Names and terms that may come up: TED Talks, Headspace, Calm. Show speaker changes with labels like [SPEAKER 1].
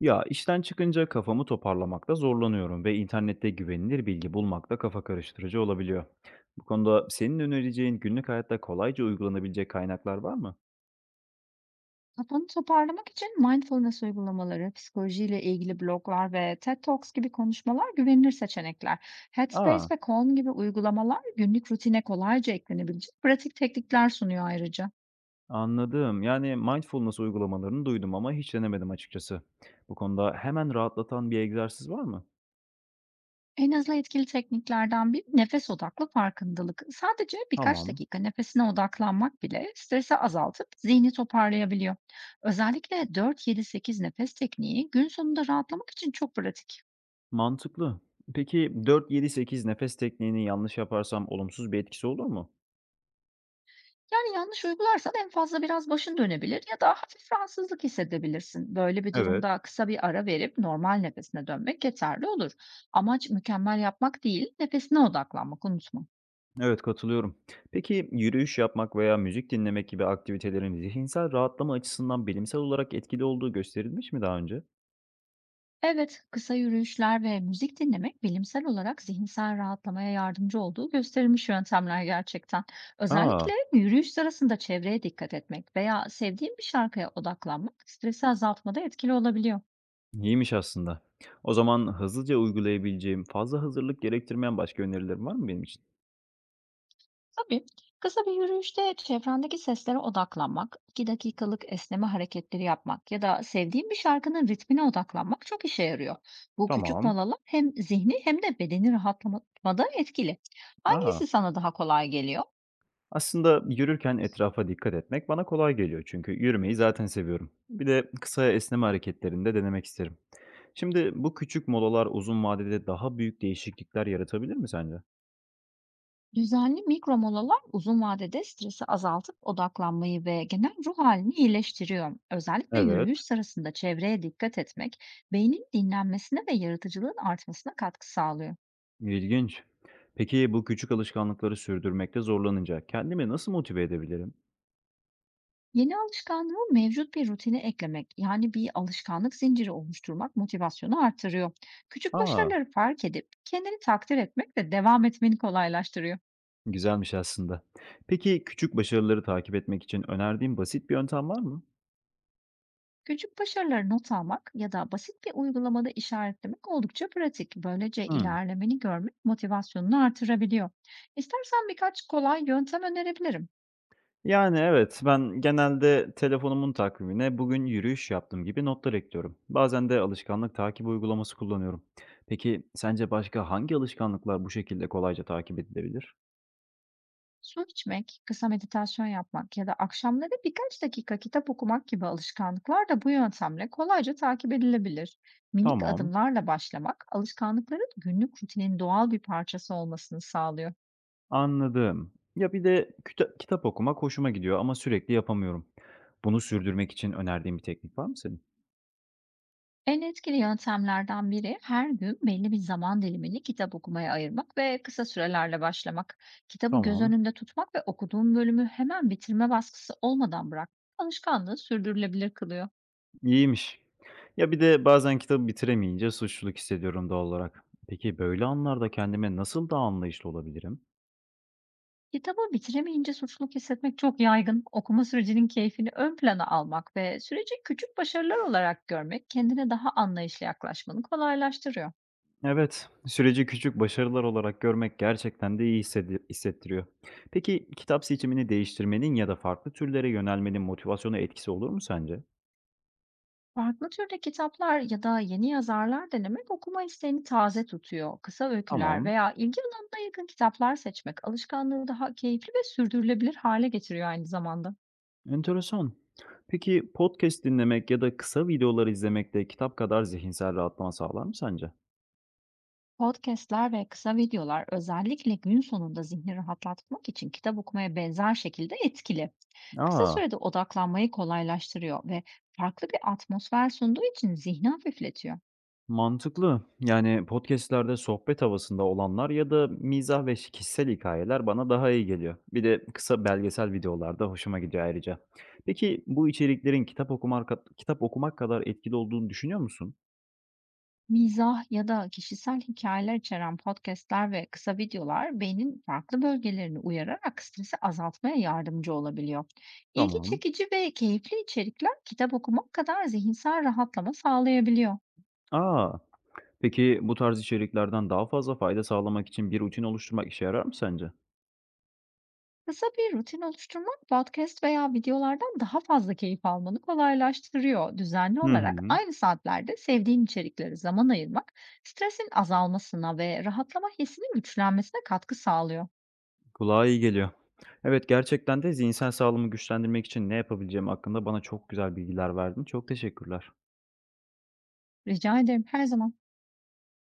[SPEAKER 1] Ya işten çıkınca kafamı toparlamakta zorlanıyorum ve internette güvenilir bilgi bulmakta kafa karıştırıcı olabiliyor. Bu konuda senin önereceğin günlük hayatta kolayca uygulanabilecek kaynaklar var mı?
[SPEAKER 2] Kafanı toparlamak için mindfulness uygulamaları, psikolojiyle ilgili bloglar ve TED Talks gibi konuşmalar güvenilir seçenekler. Headspace
[SPEAKER 1] Aa,
[SPEAKER 2] ve Calm gibi uygulamalar günlük rutine kolayca eklenebilecek pratik teknikler sunuyor ayrıca.
[SPEAKER 1] anladım. Yani mindfulness uygulamalarını duydum ama hiç denemedim açıkçası. Bu konuda hemen rahatlatan bir egzersiz var mı?
[SPEAKER 2] En hızlı etkili tekniklerden biri nefes odaklı farkındalık. Sadece birkaç
[SPEAKER 1] Tamam,
[SPEAKER 2] dakika nefesine odaklanmak bile stresi azaltıp zihni toparlayabiliyor. Özellikle 4-7-8 nefes tekniği gün sonunda rahatlamak için çok pratik.
[SPEAKER 1] mantıklı. Peki 4-7-8 nefes tekniğini yanlış yaparsam olumsuz bir etkisi olur mu?
[SPEAKER 2] Yani, yanlış uygularsan en fazla biraz başın dönebilir ya da hafif rahatsızlık hissedebilirsin. Böyle bir
[SPEAKER 1] Evet.
[SPEAKER 2] durumda kısa bir ara verip normal nefesine dönmek yeterli olur. Amaç mükemmel yapmak değil, nefesine odaklanmak, unutma.
[SPEAKER 1] Evet, katılıyorum. Peki yürüyüş yapmak veya müzik dinlemek gibi aktivitelerin zihinsel rahatlama açısından bilimsel olarak etkili olduğu gösterilmiş mi daha önce?
[SPEAKER 2] Evet, kısa yürüyüşler ve müzik dinlemek bilimsel olarak zihinsel rahatlamaya yardımcı olduğu gösterilmiş yöntemler gerçekten. Özellikle
[SPEAKER 1] Aa,
[SPEAKER 2] yürüyüş sırasında çevreye dikkat etmek veya sevdiğin bir şarkıya odaklanmak stresi azaltmada etkili olabiliyor.
[SPEAKER 1] iyiymiş aslında. O zaman hızlıca uygulayabileceğim, fazla hazırlık gerektirmeyen başka önerilerin var mı benim için?
[SPEAKER 2] Tabii. Kısa bir yürüyüşte çevrendeki seslere odaklanmak, 2 dakikalık esneme hareketleri yapmak ya da sevdiğin bir şarkının ritmine odaklanmak çok işe yarıyor. Bu küçük
[SPEAKER 1] Tamam.
[SPEAKER 2] molalar hem zihni hem de bedeni rahatlatmada etkili.
[SPEAKER 1] Aa,
[SPEAKER 2] Hangisi sana daha kolay geliyor?
[SPEAKER 1] aslında yürürken etrafa dikkat etmek bana kolay geliyor çünkü yürümeyi zaten seviyorum. Bir de kısa esneme hareketlerini de denemek isterim. Şimdi bu küçük molalar uzun vadede daha büyük değişiklikler yaratabilir mi sence?
[SPEAKER 2] Düzenli mikro molalar uzun vadede stresi azaltıp odaklanmayı ve genel ruh halini iyileştiriyor. Özellikle
[SPEAKER 1] Evet.
[SPEAKER 2] yürüyüş sırasında çevreye dikkat etmek, beynin dinlenmesine ve yaratıcılığın artmasına katkı sağlıyor.
[SPEAKER 1] İlginç. Peki bu küçük alışkanlıkları sürdürmekte zorlanınca kendimi nasıl motive edebilirim?
[SPEAKER 2] Yeni alışkanlığı mevcut bir rutine eklemek, yani bir alışkanlık zinciri oluşturmak motivasyonu artırıyor. Küçük
[SPEAKER 1] Aa,
[SPEAKER 2] başarıları fark edip kendini takdir etmek de devam etmeni kolaylaştırıyor.
[SPEAKER 1] güzelmiş aslında. Peki küçük başarıları takip etmek için önerdiğin basit bir yöntem var mı?
[SPEAKER 2] Küçük başarıları not almak ya da basit bir uygulamada işaretlemek oldukça pratik. Böylece
[SPEAKER 1] Hmm.
[SPEAKER 2] ilerlemeni görmek motivasyonunu artırabiliyor. İstersen birkaç kolay yöntem önerebilirim.
[SPEAKER 1] Yani evet, ben genelde telefonumun takvimine bugün yürüyüş yaptım gibi notlar ekliyorum. Bazen de alışkanlık takip uygulaması kullanıyorum. Peki sence başka hangi alışkanlıklar bu şekilde kolayca takip edilebilir?
[SPEAKER 2] Su içmek, kısa meditasyon yapmak ya da akşamları birkaç dakika kitap okumak gibi alışkanlıklar da bu yöntemle kolayca takip edilebilir. Minik
[SPEAKER 1] Tamam.
[SPEAKER 2] adımlarla başlamak, alışkanlıkların günlük rutinin doğal bir parçası olmasını sağlıyor.
[SPEAKER 1] Anladım. Ya bir de küta kitap okumak hoşuma gidiyor ama sürekli yapamıyorum. Bunu sürdürmek için önerdiğin bir teknik var mı senin?
[SPEAKER 2] En etkili yöntemlerden biri her gün belli bir zaman dilimini kitap okumaya ayırmak ve kısa sürelerle başlamak. Kitabı göz
[SPEAKER 1] Tamam,
[SPEAKER 2] önünde tutmak ve okuduğun bölümü hemen bitirme baskısı olmadan bırakmak alışkanlığı sürdürülebilir kılıyor.
[SPEAKER 1] İyiymiş. Ya bir de bazen kitabı bitiremeyince suçluluk hissediyorum doğal olarak. Peki böyle anlarda kendime nasıl daha anlayışlı olabilirim?
[SPEAKER 2] Kitabı bitiremeyince suçluluk hissetmek çok yaygın. Okuma sürecinin keyfini ön plana almak ve süreci küçük başarılar olarak görmek kendine daha anlayışlı yaklaşmanı kolaylaştırıyor.
[SPEAKER 1] Evet, süreci küçük başarılar olarak görmek gerçekten de iyi hissettiriyor. Peki kitap seçimini değiştirmenin ya da farklı türlere yönelmenin motivasyona etkisi olur mu sence?
[SPEAKER 2] Farklı türde kitaplar ya da yeni yazarlar denemek okuma isteğini taze tutuyor. Kısa öyküler
[SPEAKER 1] Tamam.
[SPEAKER 2] veya ilgi alanına yakın kitaplar seçmek alışkanlığı daha keyifli ve sürdürülebilir hale getiriyor aynı zamanda.
[SPEAKER 1] Enteresan. Peki podcast dinlemek ya da kısa videolar izlemek de kitap kadar zihinsel rahatlama sağlar mı sence?
[SPEAKER 2] Podcast'ler ve kısa videolar özellikle gün sonunda zihni rahatlatmak için kitap okumaya benzer şekilde etkili. Kısa
[SPEAKER 1] Aa,
[SPEAKER 2] sürede odaklanmayı kolaylaştırıyor ve farklı bir atmosfer sunduğu için zihni hafifletiyor.
[SPEAKER 1] mantıklı. Yani podcast'lerde sohbet havasında olanlar ya da mizah ve kişisel hikayeler bana daha iyi geliyor. Bir de kısa belgesel videolarda hoşuma gidiyor ayrıca. Peki bu içeriklerin kitap okumak kadar etkili olduğunu düşünüyor musun?
[SPEAKER 2] Mizah ya da kişisel hikayeler içeren podcast'ler ve kısa videolar beynin farklı bölgelerini uyararak stresi azaltmaya yardımcı olabiliyor. İlgi
[SPEAKER 1] Tamam.
[SPEAKER 2] çekici ve keyifli içerikler kitap okumak kadar zihinsel rahatlama sağlayabiliyor.
[SPEAKER 1] Aa. Peki bu tarz içeriklerden daha fazla fayda sağlamak için bir rutin oluşturmak işe yarar mı sence?
[SPEAKER 2] Kısa bir rutin oluşturmak podcast veya videolardan daha fazla keyif almanı kolaylaştırıyor. Düzenli
[SPEAKER 1] Hı
[SPEAKER 2] olarak
[SPEAKER 1] hı.
[SPEAKER 2] aynı saatlerde sevdiğin içeriklere zaman ayırmak, stresin azalmasına ve rahatlama hissinin güçlenmesine katkı sağlıyor.
[SPEAKER 1] Kulağa iyi geliyor. Evet, gerçekten de zihinsel sağlığımı güçlendirmek için ne yapabileceğim hakkında bana çok güzel bilgiler verdin. Çok teşekkürler.
[SPEAKER 2] Rica ederim her zaman.